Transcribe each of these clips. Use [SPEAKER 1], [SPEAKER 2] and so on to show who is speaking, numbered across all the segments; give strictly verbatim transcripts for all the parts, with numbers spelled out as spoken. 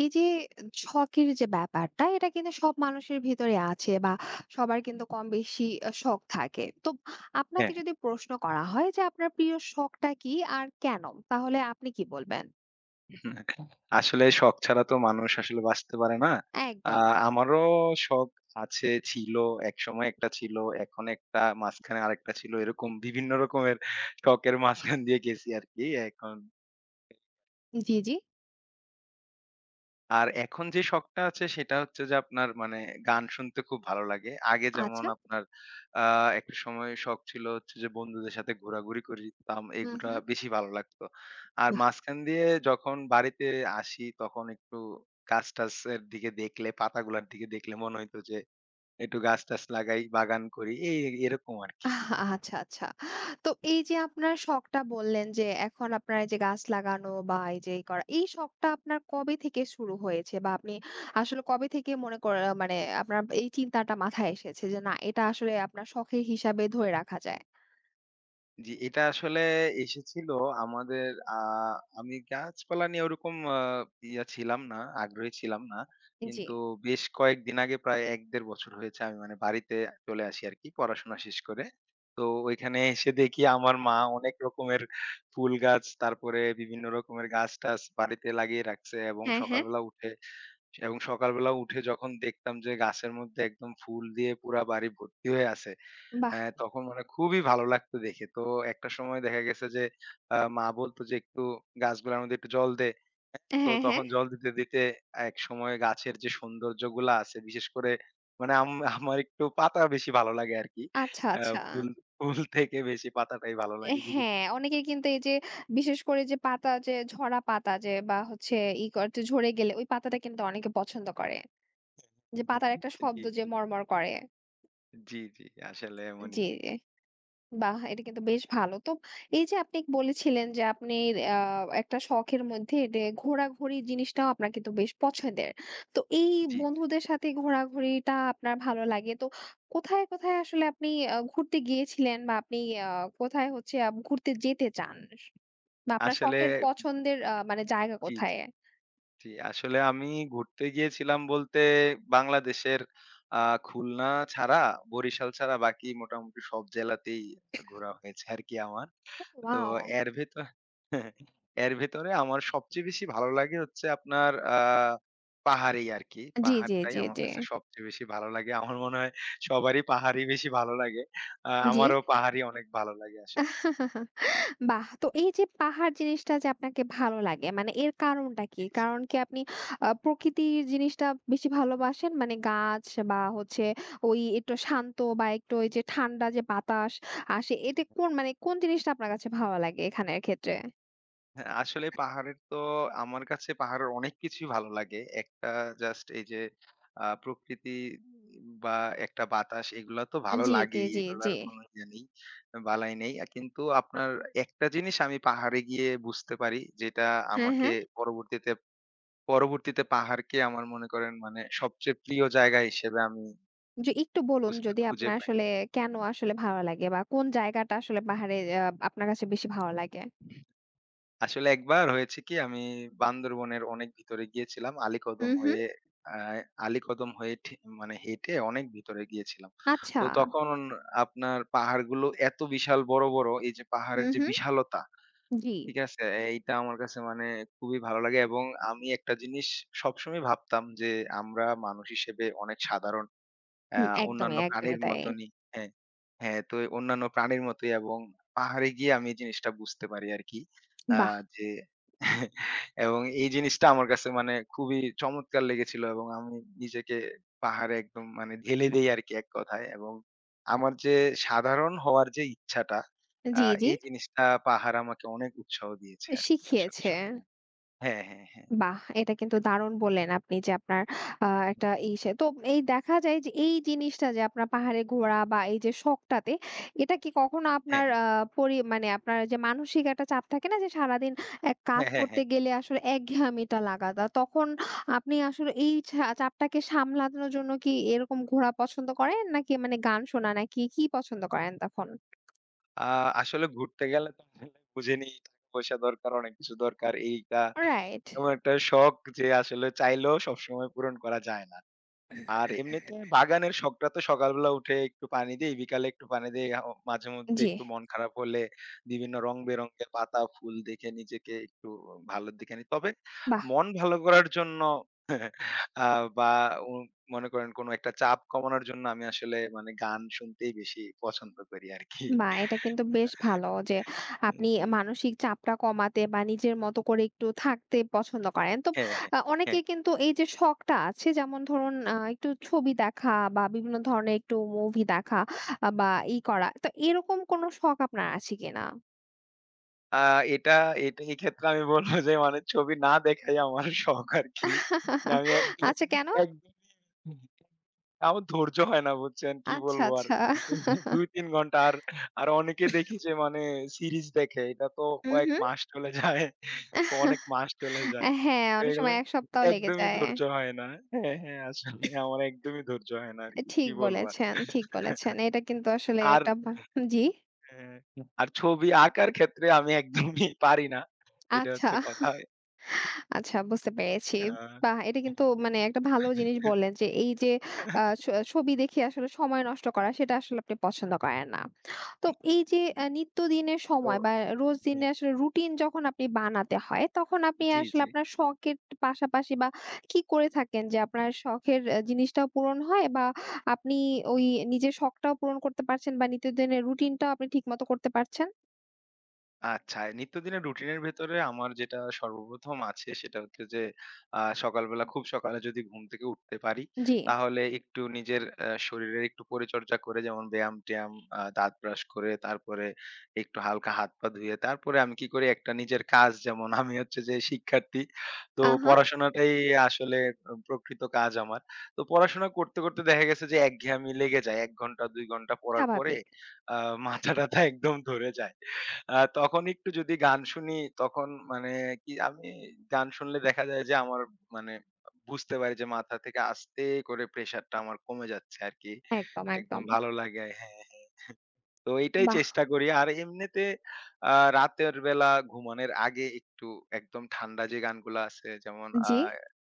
[SPEAKER 1] এই যে শখের যে ব্যাপারটা এটা কিন্তু সব মানুষের ভিতরে আছে বা সবার কিন্তু কম বেশি শখ থাকে। তো আপনাকে
[SPEAKER 2] হ্যাঁ,
[SPEAKER 1] যদি প্রশ্ন করা হয় যে আপনার প্রিয় শখটা কি আর কেন? তাহলে আপনি কি বলবেন?
[SPEAKER 2] হ্যাঁ। আসলে শখ ছাড়া তো মানুষ আসলে বাঁচতে পারে না। আ
[SPEAKER 1] একদম।
[SPEAKER 2] আমারও শখ আছে, ছিল, একসময় একটা ছিল, এখন একটা, মাঝখানে আরেকটা ছিল। এরকম বিভিন্ন রকমের শখের মাঝখান দিয়ে গেছি আরকি এখন।
[SPEAKER 1] জি, জি।
[SPEAKER 2] আর এখন যে শখটা আছে সেটা হচ্ছে যে আপনার মানে গান শুনতে খুব ভালো লাগে। আগে যেমন
[SPEAKER 1] আচ্ছা।
[SPEAKER 2] আপনার আ একটা সময় শখ ছিল হচ্ছে যে বন্ধুদের সাথে ঘোরাঘুরি করতাম,
[SPEAKER 1] হু,
[SPEAKER 2] এগুলা
[SPEAKER 1] হু।
[SPEAKER 2] বেশি ভালো লাগতো। আর মাঝখান দিয়ে যখন বাড়িতে আসি তখন একটু গাছ-টাছের দিকে দেখলে, পাতাগুলার দিকে দেখলে মনে হইতো যে একটু গাছ-টাছ লাগাই, বাগান করি এই এরকম আরকি।
[SPEAKER 1] আচ্ছা, আচ্ছা। তো এই যে আপনার শখটা বললেন যে এখন আপনার এই যে গাছ লাগানো বা এই যে এই করা, এই শখটা আপনার কবে থেকে শুরু হয়েছে? বা আপনি আসলে কবে থেকে মনে কর মানে আপনার এই চিন্তাটা মাথায় এসেছে যে না এটা আসলে আপনার শখের হিসাবে ধরে রাখা যায়?
[SPEAKER 2] জি, এটা আসলে এসেছিল আমাদের আ আমি গাছপালা নিয়ে ওরকম আ ইয়া ছিলাম না, আগ্রহী ছিলাম না।
[SPEAKER 1] জি।
[SPEAKER 2] কিন্তু বেশ কয়েকদিন আগে প্রায় এক থেকে দেড় বছর হয়েছে আমি মানে বাড়িতে চলে আসি আরকি পড়াশোনা শেষ করে। তো ওইখানে এসে দেখি আমার মা অনেক রকমের ফুল গাছ, তারপরে বিভিন্ন রকমের গাছ-টাছ বাড়িতে লাগিয়ে রাখছে এবং
[SPEAKER 1] হ্যাঁ, হ্যাঁ।
[SPEAKER 2] সকালবেলা উঠে এবং সকালবেলা উঠে যখন দেখতাম যে গাছের মধ্যে একদম ফুল দিয়ে পুরা বাড়ি ভর্তি হয়ে আছে।
[SPEAKER 1] বাহ!
[SPEAKER 2] হ্যাঁ, তখন মানে খুবই ভালো লাগতো দেখে। তো একটা সময় দেখা গেছে যে আ মা বলতো যে, "একটু গাছগুলার মধ্যে একটু জল দে।" তো
[SPEAKER 1] হ্যাঁ, হ্যাঁ।
[SPEAKER 2] তখন জল দিতে, দিতে একসময় গাছের যে সৌন্দর্যগুলা আছে বিশেষ করে মানে আম আমার একটু পাতা বেশি ভালো লাগে আরকি।
[SPEAKER 1] আচ্ছা,
[SPEAKER 2] আ
[SPEAKER 1] আচ্ছা।
[SPEAKER 2] ফুল ফুল থেকে বেশি পাতাটাই ভালো
[SPEAKER 1] এ
[SPEAKER 2] লাগে বিভিন্ন
[SPEAKER 1] হ্যাঁ, অনেকের কিন্তু এই যে বিশেষ করে যে পাতা যে ঝরা পাতা যে বা হচ্ছে ই করতে ঝরে গেলে ওই পাতাটা কিন্তু অনেকে পছন্দ করে। যে পাতার একটা শব্দ
[SPEAKER 2] জি,
[SPEAKER 1] যে
[SPEAKER 2] জি,
[SPEAKER 1] মড়মড় করে।
[SPEAKER 2] জি, জি, আসলে
[SPEAKER 1] জি,
[SPEAKER 2] এমনই।
[SPEAKER 1] জি। বাহ! এটা কিন্তু বেশ ভালো। তো এই যে আপনি বলেছিলেন যে আপনি আ একটা শখের মধ্যে এটে ঘোরাঘুরি জিনিসটাও আপনার কিন্তু বেশ পছন্দের। তো এই
[SPEAKER 2] জি, জি।
[SPEAKER 1] বন্ধুদের সাথে ঘোরাঘুরিটা আপনার ভালো লাগে। তো কোথায়, কোথায় আসলে আপনি আ ঘুরতে গিয়েছিলেন বা আপনি আ কোথায় হচ্ছে আপ ঘুরতে যেতে চান? বা আপনার
[SPEAKER 2] আসলে
[SPEAKER 1] শখের পছন্দের আ মানে জায়গা
[SPEAKER 2] জি, জি।
[SPEAKER 1] কোথায়?
[SPEAKER 2] জি, আসলে আমি ঘুরতে গিয়েছিলাম বলতে বাংলাদেশের আ খুলনা ছাড়া, বরিশাল ছাড়া বাকি মোটামুটি সব জেলাতেই ঘোরা হয়েছে আরকি আমার। তো
[SPEAKER 1] ওয়াও!
[SPEAKER 2] এর ভেতর এর ভেতরে আমার সবচেয়ে বেশি ভালো লাগে হচ্ছে আপনার আ পাহাড়েই আরকি।
[SPEAKER 1] জি, জি,
[SPEAKER 2] পাহাড়টাই
[SPEAKER 1] জি,
[SPEAKER 2] আমার
[SPEAKER 1] জি।
[SPEAKER 2] কাছে সবচেয়ে বেশি ভালো লাগে। আমার মনে হয় সবারই পাহাড়ই বেশি ভালো লাগে। আ হ্যাঁ।
[SPEAKER 1] জি?
[SPEAKER 2] আমারও পাহাড়ই অনেক ভালো লাগে আসলে।
[SPEAKER 1] বাহ! তো এই যে পাহাড় জিনিসটা যে আপনাকে ভালো লাগে মানে এর কারণটা কি?
[SPEAKER 2] জি, জি।
[SPEAKER 1] কারণ কি আপনি আ প্রকৃতির জিনিসটা বেশি ভালোবাসেন? মানে গাছ বা হচ্ছে ওই একটু শান্ত বা একটু ওই যে ঠান্ডা যে বাতাস আসে এতে কোন মানে কোন জিনিসটা আপনার কাছে ভালো লাগে এখানের ক্ষেত্রে?
[SPEAKER 2] হ্যাঁ, আসলে পাহাড়ের তো আমার কাছে পাহাড়ের অনেক কিছুই ভালো লাগে। একটা জাস্ট এই যে আ প্রকৃতি বা একটা বাতাস এগুলা তো ভালো
[SPEAKER 1] জি, জি,
[SPEAKER 2] লাগেই।
[SPEAKER 1] জি, জি।
[SPEAKER 2] এগুলার কোনো ইয়ে নেই, বালাই নেই। আ কিন্তু আপনার একটা জিনিস আমি পাহাড়ে গিয়ে বুঝতে পারি যেটা
[SPEAKER 1] হ্যাঁ,
[SPEAKER 2] আমাকে
[SPEAKER 1] হ্যাঁ।
[SPEAKER 2] পরবর্তীতে পরবর্তীতে পাহাড়কে আমার মনে করেন মানে সবচেয়ে প্রিয় জায়গা হিসেবে আমি
[SPEAKER 1] যে একটু বলুন
[SPEAKER 2] খুঁজে
[SPEAKER 1] যদি
[SPEAKER 2] খুঁজে
[SPEAKER 1] আপনার
[SPEAKER 2] পাই।
[SPEAKER 1] আসলে কেন আসলে ভালো লাগে বা কোন জায়গাটা আসলে পাহাড়ে আ আপনার কাছে বেশি ভালো লাগে?
[SPEAKER 2] আসলে একবার হয়েছে কি আমি বান্দরবনের অনেক ভিতরে গিয়েছিলাম। আলীকদম
[SPEAKER 1] হুম, হুম।
[SPEAKER 2] হয়ে আ আলীকদম হয়ে ঠে মানে হেঁটে অনেক ভিতরে গিয়েছিলাম।
[SPEAKER 1] আচ্ছা।
[SPEAKER 2] তো তখন আপনার পাহাড়গুলো এত বিশাল বড়, বড় এই যে পাহাড়ের
[SPEAKER 1] হুম,
[SPEAKER 2] যে
[SPEAKER 1] হুম।
[SPEAKER 2] বিশালতা,
[SPEAKER 1] জি।
[SPEAKER 2] ঠিক আছে? এইটা আমার কাছে মানে খুবই ভালো লাগে এবং আমি একটা জিনিস সবসময় ভাবতাম যে আমরা মানুষ হিসেবে অনেক সাধারণ আ
[SPEAKER 1] হুম, একদমই,
[SPEAKER 2] অন্যান্য
[SPEAKER 1] একদমই
[SPEAKER 2] প্রাণীর
[SPEAKER 1] তাই।
[SPEAKER 2] মতনই হ্যাঁ, হ্যাঁ, তো অন্যান্য প্রাণীর মতোই এবং পাহাড়ে গিয়ে আমি এই জিনিসটা বুঝতে পারি আরকি। আ
[SPEAKER 1] বাহ!
[SPEAKER 2] যে এবং এই জিনিসটা আমার কাছে মানে খুবই চমৎকার লেগেছিল এবং আমি নিজেকে পাহাড়ে একদম মানে ঢেলে দেই আরকি এক কথায় এবং আমার যে সাধারণ হওয়ার যে ইচ্ছাটা আ
[SPEAKER 1] জি, জি।
[SPEAKER 2] এই জিনিসটা পাহাড় আমাকে অনেক উৎসাহ দিয়েছে আরকি আসলে
[SPEAKER 1] শিখিয়েছে।
[SPEAKER 2] সত্যি। হ্যাঁ, হ্যাঁ, হ্যাঁ, হ্যাঁ,
[SPEAKER 1] বাহ! এটা কিন্তু দারুণ বললেন আপনি যে আপনার আ একটা ইসে তো এই দেখা যায় যে এই জিনিসটা যে আপনার পাহাড়ে ঘোরা বা এই যে শখটাতে এটা কি কখনো
[SPEAKER 2] হ্যাঁ,
[SPEAKER 1] আপনার
[SPEAKER 2] হ্যাঁ,
[SPEAKER 1] আ
[SPEAKER 2] হ্যাঁ।
[SPEAKER 1] পরি মানে আপনার যে মানসিক একটা চাপ থাকে না যে সারাদিন এক কাজ
[SPEAKER 2] হ্যাঁ, হ্যাঁ,
[SPEAKER 1] করতে গেলে আসলে একঘেয়ামিটা লাগাতা তখন আপনি আসলে এই ছা চাপটাকে সামলানোর জন্য কি এরকম ঘোরা পছন্দ করেন নাকি মানে গান শোনা নাকি কি পছন্দ করেন তখন?
[SPEAKER 2] আ আসলে ঘুরতে গেলে তো আসলে বুঝেনি টাকা-পয়সা দরকার, অনেক কিছু দরকার। এইটা
[SPEAKER 1] রাইট।
[SPEAKER 2] এমন একটা শখ যে আসলে চাইলেও সবসময় পূরণ করা যায় না। আর এমনিতে বাগানের শখটা তো সকালবেলা উঠে একটু পানি দেই, বিকালে একটু পানি দেই। আ মাঝেমধ্যে
[SPEAKER 1] জি,
[SPEAKER 2] একটু মন খারাপ হলে বিভিন্ন রং-বেরঙের পাতা, ফুল দেখে নিজেকে একটু ভালোর দিকে নিই। তবে
[SPEAKER 1] বাহ!
[SPEAKER 2] মন ভালো করার জন্য আ বা উ মনে করেন কোন একটা চাপ কমানোর জন্য আমি আসলে মানে গান শুনতেই বেশি পছন্দ করি আরকি।
[SPEAKER 1] বাহ! এটা কিন্তু বেশ ভালো যে আপনি
[SPEAKER 2] জি।
[SPEAKER 1] মানসিক চাপটা কমাতে বা নিজের মতো করে একটু থাকতে পছন্দ করেন। তো
[SPEAKER 2] হ্যাঁ, হ্যাঁ,
[SPEAKER 1] আ
[SPEAKER 2] হ্যাঁ।
[SPEAKER 1] অনেকের কিন্তু এই যে শখটা আছে যেমন ধরুন আ একটু ছবি দেখা বা বিভিন্ন ধরনের একটু মুভি দেখা আ বা ই করা। তো এরকম কোনো শখ আপনার আছে কিনা?
[SPEAKER 2] আ এটা এটা এক্ষেত্রে আমি বলব যে মানে ছবি না দেখাই আমার শখ আরকি। যে আমি একদম
[SPEAKER 1] আচ্ছা কেন?
[SPEAKER 2] একদমই আমার ধৈর্য হয় না বুঝছেন? কি
[SPEAKER 1] আচ্ছা,
[SPEAKER 2] বলবো আর?
[SPEAKER 1] আচ্ছা।
[SPEAKER 2] দুই তিন ঘন্টা আর, আর অনেকে দেখি যে মানে সিরিজ দেখে। এটা তো
[SPEAKER 1] হুম,
[SPEAKER 2] কয়েক
[SPEAKER 1] হুম।
[SPEAKER 2] মাস চলে যায়। অনেক মাস চলে যায়।
[SPEAKER 1] হ্যাঁ,
[SPEAKER 2] তো
[SPEAKER 1] অনেক
[SPEAKER 2] এগুলো
[SPEAKER 1] সময় এক সপ্তাহ লেগে
[SPEAKER 2] একদমই
[SPEAKER 1] যায়।
[SPEAKER 2] ধৈর্য হয় না। হ্যাঁ, হ্যাঁ আসলে আমার একদমই ধৈর্য হয় না আরকি। কি
[SPEAKER 1] ঠিক
[SPEAKER 2] কি বলবো আর?
[SPEAKER 1] বলেছেন, ঠিক বলেছেন। এটা কিন্তু আসলে
[SPEAKER 2] আর
[SPEAKER 1] একটা ভা জি?
[SPEAKER 2] হ্যাঁ, আর ছবি আঁকার ক্ষেত্রে আমি একদমই পারি না। এটা
[SPEAKER 1] আচ্ছা।
[SPEAKER 2] হচ্ছে কথা।
[SPEAKER 1] আচ্ছা বুঝতে পেরেছি।
[SPEAKER 2] আ
[SPEAKER 1] বাহ! এটা কিন্তু মানে একটা ভালো জিনিস বললেন যে এই যে আ ছ ছবি দেখে আসলে সময় নষ্ট করা সেটা আসলে আপনি পছন্দ করেন না। তো এই যে আ নিত্যদিনের
[SPEAKER 2] তো
[SPEAKER 1] সময় বা রোজ দিনে
[SPEAKER 2] হ্যাঁ,
[SPEAKER 1] আসলে রুটিন যখন আপনি বানাতে হয় তখন আপনি
[SPEAKER 2] জি,
[SPEAKER 1] আসলে
[SPEAKER 2] জি।
[SPEAKER 1] আপনার শখের পাশাপাশি বা কি করে থাকেন যে আপনার শখের আ জিনিসটাও পূরণ হয় বা আপনি ওই নিজের শখটাও পূরণ করতে পারছেন বা নিত্যদিনের রুটিনটাও আপনি ঠিকমতো করতে পারছেন?
[SPEAKER 2] আচ্ছা, নিত্যদিনের রুটিনের ভেতরে আমার যেটা সর্বপ্রথম আছে সেটা হচ্ছে যে, আ সকালবেলা খুব সকালে যদি ঘুম থেকে উঠতে পারি,
[SPEAKER 1] জি।
[SPEAKER 2] তাহলে একটু নিজের অ্যা শরীরের একটু পরিচর্যা করে যেমন ব্যায়াম-ট্যায়াম, আ দাঁত ব্রাশ করে তারপরে একটু হালকা হাত-পা ধুয়ে তারপরে আমি কি করি একটা নিজের কাজ যেমন আমি হচ্ছে যে শিক্ষার্থী। তো
[SPEAKER 1] আহা!
[SPEAKER 2] পড়াশোনাটাই আসলে আ প্রকৃত কাজ আমার। তো পড়াশোনা করতে, করতে দেখা গেছে যে একঘেয়েমি লেগে যায়। এক ঘন্টা দুই ঘন্টা পড়ার পরে
[SPEAKER 1] স্বাভাবিক।
[SPEAKER 2] আ মাথা-টাথা একদম ধরে যায়। আ তখন একটু যদি গান শুনি তখন মানে কি আমি গান শুনলে দেখা যায় যে আমার মানে বুঝতে পারি যে মাথা থেকে আস্তে করে প্রেশারটা আমার কমে যাচ্ছে আরকি।
[SPEAKER 1] একদম,
[SPEAKER 2] একদম
[SPEAKER 1] একদম।
[SPEAKER 2] ভালো লাগে হ্যাঁ, হ্যাঁ। তো এইটাই
[SPEAKER 1] বাহ!
[SPEAKER 2] চেষ্টা করি। আর এমনিতে আ রাতের বেলা ঘুমানোর আগে একটু একদম ঠান্ডা যে গানগুলা আছে যেমন আ
[SPEAKER 1] জি।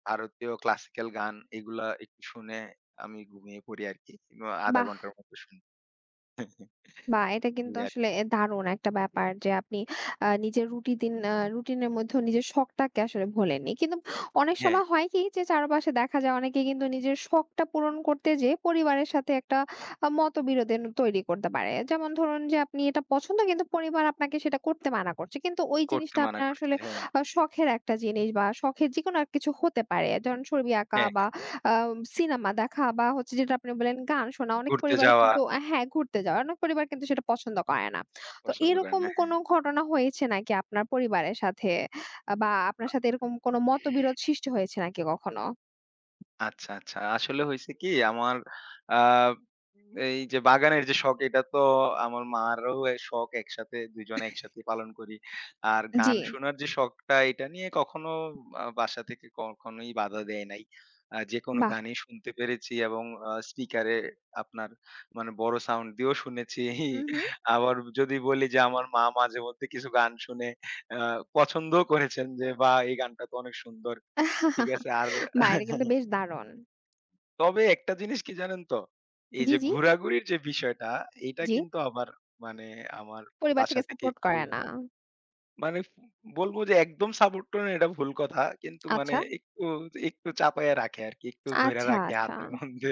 [SPEAKER 2] ভারতীয় ক্লাসিক্যাল গান এগুলা একটু শুনে আমি ঘুমিয়ে পড়ি আরকি। কিংবা শূন্য দশমিক পাঁচ
[SPEAKER 1] বাহ!
[SPEAKER 2] ঘন্টার মতো শুনি
[SPEAKER 1] বাহ! এটা কিন্তু
[SPEAKER 2] এই
[SPEAKER 1] আসলে
[SPEAKER 2] আরকি।
[SPEAKER 1] এ দারুণ একটা ব্যাপার যে আপনি আ নিজের রুটি দিন আ রুটিনের মধ্যেও নিজের শখটাকে আসলে ভোলেননি। কিন্তু অনেক
[SPEAKER 2] হ্যাঁ,
[SPEAKER 1] সময় হয় কি যে চারপাশে দেখা যায় অনেকে কিন্তু নিজের শখটা পূরণ করতে যেয়ে পরিবারের সাথে একটা আ মতবিরোধের তৈরি করতে পারে। যেমন ধরুন যে আপনি এটা পছন্দ কিন্তু পরিবার আপনাকে সেটা করতে মানা করছে। কিন্তু ওই
[SPEAKER 2] করতে
[SPEAKER 1] জিনিসটা
[SPEAKER 2] মানা
[SPEAKER 1] আপনার
[SPEAKER 2] করছে।
[SPEAKER 1] আসলে
[SPEAKER 2] হ্যাঁ,
[SPEAKER 1] আ শখের একটা জিনিস বা শখের যেকোনো কিছু হতে পারে। যেমন ছবি আঁকা
[SPEAKER 2] হ্যাঁ,
[SPEAKER 1] বা
[SPEAKER 2] হ্যাঁ।
[SPEAKER 1] আ সিনেমা দেখা বা হচ্ছে যেটা আপনি বললেন গান শোনা। অনেক
[SPEAKER 2] ঘুরতে
[SPEAKER 1] পরিবারে
[SPEAKER 2] যাওয়া
[SPEAKER 1] কিন্তু আ হ্যাঁ, ঘুরতে যাওয়া। অনেক পরিবার কিন্তু সেটা পছন্দ করে না। তো
[SPEAKER 2] পছন্দ করে
[SPEAKER 1] এরকম
[SPEAKER 2] না। হ্যাঁ।
[SPEAKER 1] কোনো ঘটনা হয়েছে নাকি আপনার পরিবারের সাথে আ বা আপনার সাথে এরকম কোনো মতবিরোধ সৃষ্টি হয়েছে নাকি কখনো?
[SPEAKER 2] আচ্ছা, আচ্ছা। আসলে হইছে কি আমার আব এই যে বাগানের যে শখ এটা তো আমার মারও এ শখ একসাথে দুই জনে একসাথে পালন করি। আর
[SPEAKER 1] জি,
[SPEAKER 2] গান শোনার যে শখটা এটা নিয়ে কখনো আ বাসা থেকে কখনোই বাধা দেয় নাই। আ যেকোনো
[SPEAKER 1] বাহ!
[SPEAKER 2] গানই শুনতে পেরেছি এবং আ স্পিকারে আপনার মানে বড় সাউন্ড দিয়েও শুনেছি।
[SPEAKER 1] হুম, হুম।
[SPEAKER 2] আবার যদি বলি যে আমার মা মাঝেমধ্যে কিছু গান শুনে আ পছন্দও করেছেন যে, "বাহ! এই গানটা তো অনেক সুন্দর।" ঠিক আছে। আর
[SPEAKER 1] বাহ! এটা কিন্তু বেশ দারুণ।
[SPEAKER 2] তবে একটা জিনিস কি জানেন তো? এই
[SPEAKER 1] জি,
[SPEAKER 2] যে
[SPEAKER 1] জি,
[SPEAKER 2] ঘোরাঘুরির যে বিষয়টা, এইটা
[SPEAKER 1] জি।
[SPEAKER 2] কিন্তু আবার মানে আমার
[SPEAKER 1] পরিবার
[SPEAKER 2] বাসা
[SPEAKER 1] থেকে
[SPEAKER 2] থেকে
[SPEAKER 1] সাপোর্ট
[SPEAKER 2] একটু
[SPEAKER 1] করে না।
[SPEAKER 2] মানে বলব যে একদম সাপোর্ট করেন এটা ভুল কথা। কিন্তু মানে
[SPEAKER 1] আচ্ছা,
[SPEAKER 2] একটু, একটু চাপায়া রাখে আরকি। একটু ধইরা
[SPEAKER 1] আচ্ছা,
[SPEAKER 2] রাখে
[SPEAKER 1] আচ্ছা।
[SPEAKER 2] হাতের মধ্যে।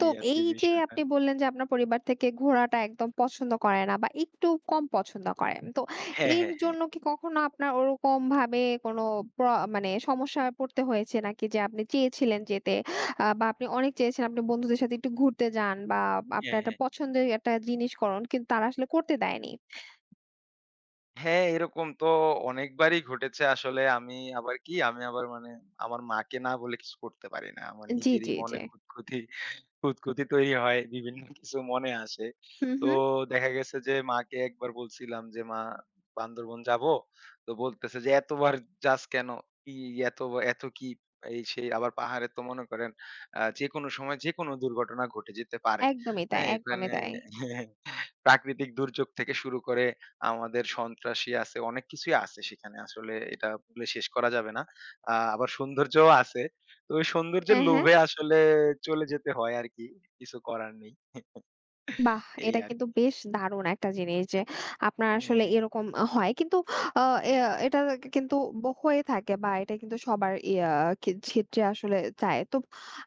[SPEAKER 1] তো
[SPEAKER 2] আরকি
[SPEAKER 1] এই যে
[SPEAKER 2] বিষয়টা।
[SPEAKER 1] আপনি বললেন যে আপনার পরিবার থেকে ঘোরাটা একদম পছন্দ করে না বা একটু কম পছন্দ করেন। তো
[SPEAKER 2] হ্যাঁ,
[SPEAKER 1] এর
[SPEAKER 2] হ্যাঁ, হ্যাঁ।
[SPEAKER 1] জন্য কি কখনো আপনার ওরকম ভাবে কোনো প্র মানে সমস্যায় পড়তে হয়েছে নাকি যে আপনি চেয়েছিলেন যেতে আ বা আপনি অনেক চেয়েছেন আপনি বন্ধুদের সাথে একটু ঘুরতে যান বা আপনার
[SPEAKER 2] হ্যাঁ,
[SPEAKER 1] একটা
[SPEAKER 2] হ্যাঁ।
[SPEAKER 1] পছন্দের একটা জিনিস করুন কিন্তু তারা আসলে করতে দেয়নি?
[SPEAKER 2] হ্যাঁ, এরকম তো অনেকবারই ঘটেছে আসলে। আমি আবার কি, আমি আবার মানে আমার মাকে না বলে কিছু করতে পারি না। আমার
[SPEAKER 1] জি,
[SPEAKER 2] নিজেরই
[SPEAKER 1] জি, জি।
[SPEAKER 2] মনে খুঁতখুঁতি খুঁতখুঁতি তৈরি হয়। বিভিন্ন কিছু মনে আসে।
[SPEAKER 1] হুম,
[SPEAKER 2] তো
[SPEAKER 1] হুম।
[SPEAKER 2] দেখা গেছে যে মাকে একবার বলছিলাম যে, "মা, বান্দরবন যাবো।" তো বলতেছে যে, "এতবার যাস কেন? কি এত এত কি?" এই সেই। আবার পাহাড়ে তো মনে করেন আ যেকোনো সময় যেকোনো দুর্ঘটনা ঘটে যেতে পারে।
[SPEAKER 1] একদমই তাই,
[SPEAKER 2] হ্যাঁ,
[SPEAKER 1] একদমই
[SPEAKER 2] এখানে
[SPEAKER 1] তাই।
[SPEAKER 2] প্রাকৃতিক দুর্যোগ থেকে শুরু করে আমাদের সন্ত্রাসী আছে, অনেক কিছুই আছে সেখানে। আসলে এটা বলে শেষ করা যাবে না। আ আবার সৌন্দর্যও আছে। তো ওই সৌন্দর্যের
[SPEAKER 1] হ্যাঁ, হ্যাঁ।
[SPEAKER 2] লোভে আসলে চলে যেতে হয় আরকি। কিছু করার নেই।
[SPEAKER 1] বাহ!
[SPEAKER 2] এই
[SPEAKER 1] এটা কিন্তু
[SPEAKER 2] আরকি।
[SPEAKER 1] বেশ দারুণ একটা জিনিস যে আপনার আসলে
[SPEAKER 2] হ্যাঁ,
[SPEAKER 1] এরকম হয়। কিন্তু আ এ
[SPEAKER 2] হুম।
[SPEAKER 1] এটা কিন্তু ব হয়ে থাকে বা এটা কিন্তু সবার ইয়া খে ক্ষেত্রে আসলে চায়। তো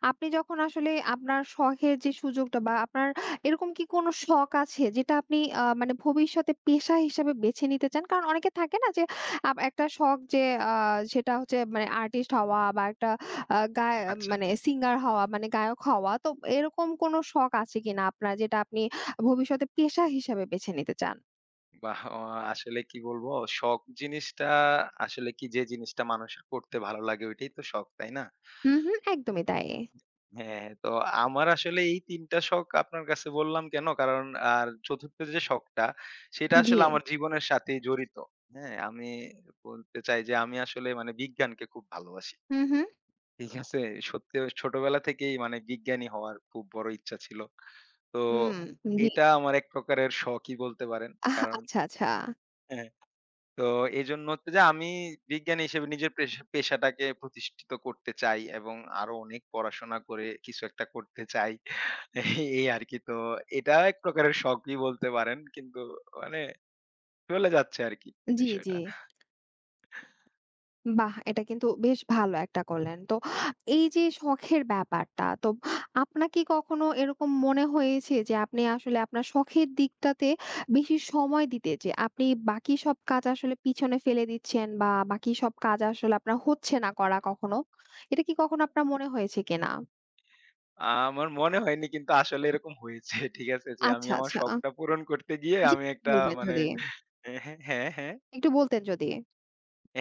[SPEAKER 1] আপনি যখন আসলে আপনার শখের যে সুযোগটা বা আপনার এরকম কি কোনো শখ আছে যেটা আপনি আ মানে ভবিষ্যতে পেশা হিসেবে বেছে নিতে চান? কারণ অনেকে থাকে না যে আব একটা শখ যে আ সেটা হচ্ছে মানে আর্টিস্ট হওয়া বা একটা আ গায়
[SPEAKER 2] আচ্ছা।
[SPEAKER 1] মানে সিঙ্গার হওয়া মানে গায়ক হওয়া। তো এরকম কোনো শখ আছে কিনা আপনার যেটা আপনি ভবিষ্যতে পেশা হিসাবে বেছে নিতে চান?
[SPEAKER 2] বাহ! অ আসলে কি বলবো? শখ জিনিসটা আসলে কি যে জিনিসটা মানুষের করতে ভালো লাগে ওইটাই তো শখ, তাই না?
[SPEAKER 1] হুম, হুম, একদমই তাই।
[SPEAKER 2] হ্যাঁ, হ্যাঁ। তো আমার আসলে এই তিন টা শখ আপনার কাছে বললাম কেন? কারণ আর ৪র্থ যে শখটা সেটা
[SPEAKER 1] জি।
[SPEAKER 2] আসলে আমার জীবনের সাথেই জড়িত। হ্যাঁ? আমি বলতে চাই যে আমি আসলে মানে বিজ্ঞানকে খুব ভালোবাসি।
[SPEAKER 1] হুম, হুম।
[SPEAKER 2] ঠিক আছে? সত্যি ছোটবেলা থেকেই মানে বিজ্ঞানী হওয়ার খুব বড় ইচ্ছা ছিল। তো
[SPEAKER 1] হুম, জি।
[SPEAKER 2] এটা আমার এক প্রকারের শখই বলতে পারেন।
[SPEAKER 1] আহ,
[SPEAKER 2] কারণ
[SPEAKER 1] আচ্ছা, আচ্ছা।
[SPEAKER 2] তো এজন্য হচ্ছে যে আমি বিজ্ঞানী হিসেবে নিজের পেশা পেশাটাকে প্রতিষ্ঠিত করতে চাই এবং আরো অনেক পড়াশোনা করে কিছু একটা করতে চাই। এই আরকি। তো এটা এক প্রকারের শখই বলতে পারেন। কিন্তু মানে চলে যাচ্ছে আরকি
[SPEAKER 1] জি, জি।
[SPEAKER 2] বিষয়টা।
[SPEAKER 1] বাহ! এটা কিন্তু বেশ ভালো একটা করলেন। তো এই যে শখের ব্যাপারটা, তো আপনার কি কখনো এরকম মনে হয়েছে যে আপনি আসলে আপনার শখের দিকটাতে বেশি সময় দিতে যে আপনি বাকি সব কাজ আসলে পিছনে ফেলে দিচ্ছেন বা বাকি সব কাজ আসলে আপনার হচ্ছে না করা কখনো? এটা কি কখনো আপনার মনে হয়েছে কিনা?
[SPEAKER 2] আমার মনে হয়নি কিন্তু আসলে এরকম হয়েছে। ঠিক আছে? যে আমি
[SPEAKER 1] আচ্ছা,
[SPEAKER 2] আমার
[SPEAKER 1] আচ্ছা।
[SPEAKER 2] শখটা পূরণ করতে গিয়ে
[SPEAKER 1] জি,
[SPEAKER 2] আমি একটা
[SPEAKER 1] বলবেন
[SPEAKER 2] মানে
[SPEAKER 1] যদি।
[SPEAKER 2] হ্যাঁ, হ্যাঁ, হ্যাঁ,
[SPEAKER 1] একটু বলতেন যদি।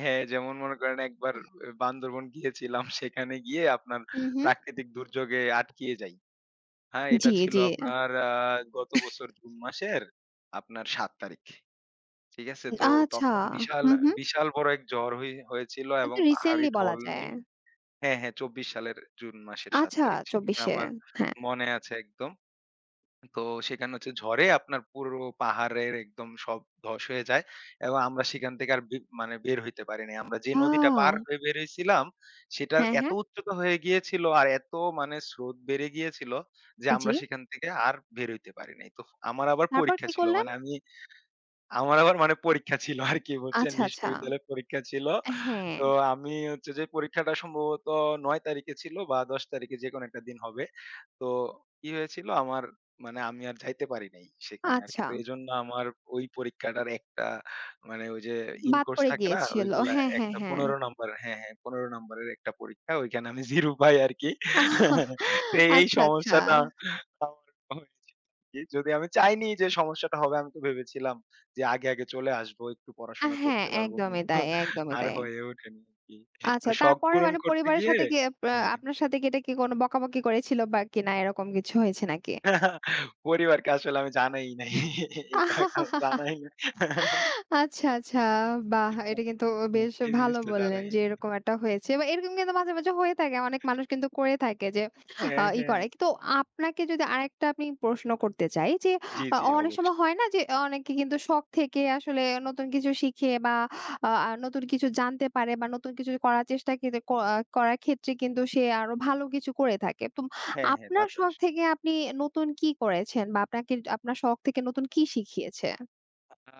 [SPEAKER 2] হ্যাঁ, যেমন মনে করেন একবার বান্দরবন গিয়েছিলাম। সেখানে গিয়ে আপনার
[SPEAKER 1] হু, হু।
[SPEAKER 2] প্রাকৃতিক দুর্যোগে আটকিয়ে যাই। হ্যাঁ, এটা
[SPEAKER 1] জি,
[SPEAKER 2] ছিল
[SPEAKER 1] জি। আ
[SPEAKER 2] আপনার আ গত বছর জুন মাসের আপনার সাত তারিখ। ঠিক আছে? তো
[SPEAKER 1] আচ্ছা।
[SPEAKER 2] তখন বিশাল,
[SPEAKER 1] হু, হু।
[SPEAKER 2] বিশাল বড় এক ঝড় হই হয়েছিল এবং
[SPEAKER 1] এটা
[SPEAKER 2] পাহাড়ি
[SPEAKER 1] রিসেন্টলি বলা
[SPEAKER 2] ঢল
[SPEAKER 1] যায়।
[SPEAKER 2] নেই হ্যাঁ, হ্যাঁ, চব্বিশ সালের জুন মাসের সাত
[SPEAKER 1] আচ্ছা,
[SPEAKER 2] তারিখ ছিল। এটা
[SPEAKER 1] চব্বিশ এ।
[SPEAKER 2] আমার
[SPEAKER 1] হ্যাঁ।
[SPEAKER 2] মনে আছে একদম। তো সেখানে হচ্ছে ঝড়ে আপনার পুরো পাহাড়ের একদম সব ধস হয়ে যায় এবং আমরা সেখান থেকে আর বে- মানে বের হইতে পারিনি আমরা যে
[SPEAKER 1] আ
[SPEAKER 2] নদীটা পার হয়ে বের হয়েছিলাম সেটা
[SPEAKER 1] হ্যাঁ,
[SPEAKER 2] এত
[SPEAKER 1] হ্যাঁ।
[SPEAKER 2] উচ্চতা হয়ে গিয়েছিল আর এত মানে স্রোত বেড়ে গিয়েছিল যে
[SPEAKER 1] জি।
[SPEAKER 2] আমরা সেখান থেকে আর বের হইতে পারি নাই তো আমার আবার
[SPEAKER 1] তারপর
[SPEAKER 2] পরীক্ষা
[SPEAKER 1] কি
[SPEAKER 2] ছিল
[SPEAKER 1] করলেন?
[SPEAKER 2] মানে আমি আমার আবার মানে পরীক্ষা ছিল আরকি বুঝছেন?
[SPEAKER 1] আচ্ছা, আচ্ছা।
[SPEAKER 2] বিশ্ববিদ্যালয়ের পরীক্ষা ছিল।
[SPEAKER 1] হ্যাঁ,
[SPEAKER 2] তো আমি হচ্ছে যে পরীক্ষাটা সম্ভবত নয় তারিখে ছিল বা দশ তারিখে যেকোনো একটা দিন হবে। তো কি হয়েছিল আমার মানে আমি আর যাইতে পারি নাই সেখানে আরকি।
[SPEAKER 1] আচ্ছা।
[SPEAKER 2] তো এজন্য আমার ওই পরীক্ষাটার একটা মানে ওই যে ইন
[SPEAKER 1] বাদ
[SPEAKER 2] কোর্স
[SPEAKER 1] পড়ে
[SPEAKER 2] থাকে না?
[SPEAKER 1] গিয়েছিল।
[SPEAKER 2] ওইগুলা
[SPEAKER 1] হ্যাঁ, হ্যাঁ,
[SPEAKER 2] একটা
[SPEAKER 1] হ্যাঁ।
[SPEAKER 2] পনেরো নাম্বার হ্যাঁ, হ্যাঁ পনেরো নাম্বারের একটা পরীক্ষা ওইখানে আমি শূন্য পাই আরকি। তো এই
[SPEAKER 1] আচ্ছা, আচ্ছা।
[SPEAKER 2] সমস্যাটা আমার হয়েছিল আরকি। যদি আমি চাইনি যে সমস্যাটা হবে আমি তো ভেবেছিলাম যে আগে, আগে চলে আসবো, একটু
[SPEAKER 1] আ
[SPEAKER 2] পড়াশোনা
[SPEAKER 1] হ্যাঁ,
[SPEAKER 2] করতে পারবো
[SPEAKER 1] একদমই
[SPEAKER 2] কিন্তু
[SPEAKER 1] তাই, একদমই
[SPEAKER 2] আর
[SPEAKER 1] তাই।
[SPEAKER 2] হয়ে ওঠেনি আরকি।
[SPEAKER 1] আচ্ছা,
[SPEAKER 2] মানে শখ
[SPEAKER 1] তারপরে
[SPEAKER 2] পূরণ
[SPEAKER 1] মানে
[SPEAKER 2] করতে
[SPEAKER 1] পরিবারের
[SPEAKER 2] গিয়ে
[SPEAKER 1] সাথে কি আপ
[SPEAKER 2] হ্যাঁ,
[SPEAKER 1] আপনার সাথে কি এটা কি কোনো বকাবকি করেছিল বা কিনা এরকম কিছু হয়েছে নাকি?
[SPEAKER 2] হ্যাঁ। পরিবারকে আসলে আমি জানাই নাই। এটা কারণ জানাই না।
[SPEAKER 1] আচ্ছা, আচ্ছা। বাহ! এটা কিন্তু বেশ
[SPEAKER 2] এই
[SPEAKER 1] ভালো
[SPEAKER 2] জিনিসটা
[SPEAKER 1] বললেন
[SPEAKER 2] জানাই
[SPEAKER 1] যে
[SPEAKER 2] নি।
[SPEAKER 1] এরকম একটা হয়েছে বা এরকম কিন্তু মাঝে, মাঝে হয়ে থাকে। অনেক মানুষ কিন্তু করে থাকে যে আ
[SPEAKER 2] হ্যাঁ,
[SPEAKER 1] ই
[SPEAKER 2] হ্যাঁ।
[SPEAKER 1] করে। তো আপনাকে যদি আরেকটা আমি প্রশ্ন করতে চাই যে
[SPEAKER 2] জি,
[SPEAKER 1] আ
[SPEAKER 2] জি
[SPEAKER 1] অনেক
[SPEAKER 2] অবশ্যই।
[SPEAKER 1] সময় হয় না যে অনেকে কিন্তু শখ থেকে আসলে নতুন কিছু শিখে বা আ আ নতুন কিছু জানতে পারে বা নতুন কিছু করার চেষ্টা কিন্তু ক আহ, করার ক্ষেত্রে কিন্তু সে আরো ভালো কিছু করে থাকে। তো
[SPEAKER 2] হ্যাঁ, হ্যাঁ তা
[SPEAKER 1] আপনার
[SPEAKER 2] তো
[SPEAKER 1] শখ
[SPEAKER 2] অবশ্যই।
[SPEAKER 1] থেকে আপনি নতুন কি করেছেন বা আপনাকে আপনার শখ থেকে নতুন কি শিখিয়েছে?
[SPEAKER 2] আ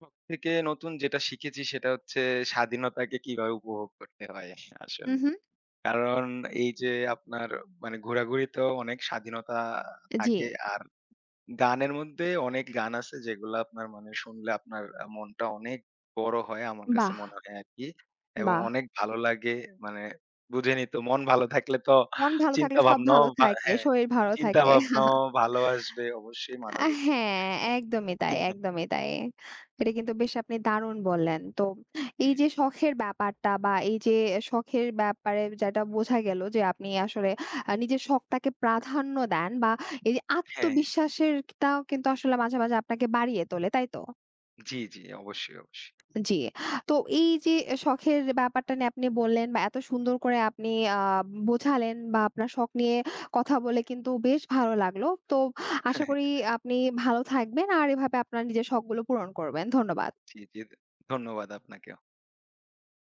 [SPEAKER 2] সব থেকে নতুন যেটা শিখেছি সেটা হচ্ছে স্বাধীনতাকে কিভাবে উপভোগ করতে হয়
[SPEAKER 1] হু,
[SPEAKER 2] আসলে।
[SPEAKER 1] হু।
[SPEAKER 2] কারণ এই যে আপনার মানে ঘোরাঘুরিতেও অনেক স্বাধীনতা
[SPEAKER 1] জি।
[SPEAKER 2] থাকে আর গানের মধ্যে অনেক গান আছে যেগুলা আপনার মানে শুনলে আপনার আ মনটা অনেক বড় হয় আমার কাছে
[SPEAKER 1] বাহ!
[SPEAKER 2] মনে হয় আরকি। এবং
[SPEAKER 1] বাহ!
[SPEAKER 2] অনেক ভালো লাগে মানে বুঝেনই তো মন ভালো থাকলে তো
[SPEAKER 1] মন ভালো থাকলে
[SPEAKER 2] চিন্তা
[SPEAKER 1] সব
[SPEAKER 2] ভাবনাও
[SPEAKER 1] ভালো
[SPEAKER 2] ভা
[SPEAKER 1] থাকে,
[SPEAKER 2] হ্যাঁ,
[SPEAKER 1] শরীর ভালো
[SPEAKER 2] চিন্তা
[SPEAKER 1] থাকে।
[SPEAKER 2] ভাবনাও ভালো আসবে অবশ্যই মাথা
[SPEAKER 1] আ
[SPEAKER 2] থেকে
[SPEAKER 1] হ্যাঁ, একদমই তাই, একদমই তাই। এটা কিন্তু বেশ আপনি দারুণ বললেন। তো এই
[SPEAKER 2] জি,
[SPEAKER 1] যে
[SPEAKER 2] জি।
[SPEAKER 1] শখের ব্যাপারটা বা এই যে শখের ব্যাপারে যেটা বোঝা গেল যে আপনি আসলে আ নিজের শখটাকে প্রাধান্য দেন বা এই যে
[SPEAKER 2] হ্যাঁ, হ্যাঁ।
[SPEAKER 1] আত্মবিশ্বাসেরটাও কিন্তু আসলে মাঝে, মাঝে আপনাকে বাড়িয়ে তোলে, তাই তো?
[SPEAKER 2] জি, জি। অবশ্যই, অবশ্যই।
[SPEAKER 1] জি। তো এই যে শখের ব্যাপারটা নিয়ে আপনি বললেন বা এত সুন্দর করে আপনি আ বোঝালেন বা আপনার শখ নিয়ে কথা বলে কিন্তু বেশ ভালো লাগলো। তো আশা করি আপনি ভালো থাকবেন আর এভাবে আপনার নিজের শখগুলো পূরণ করবেন। ধন্যবাদ।
[SPEAKER 2] জি, জি। ধন্যবাদ আপনাকে।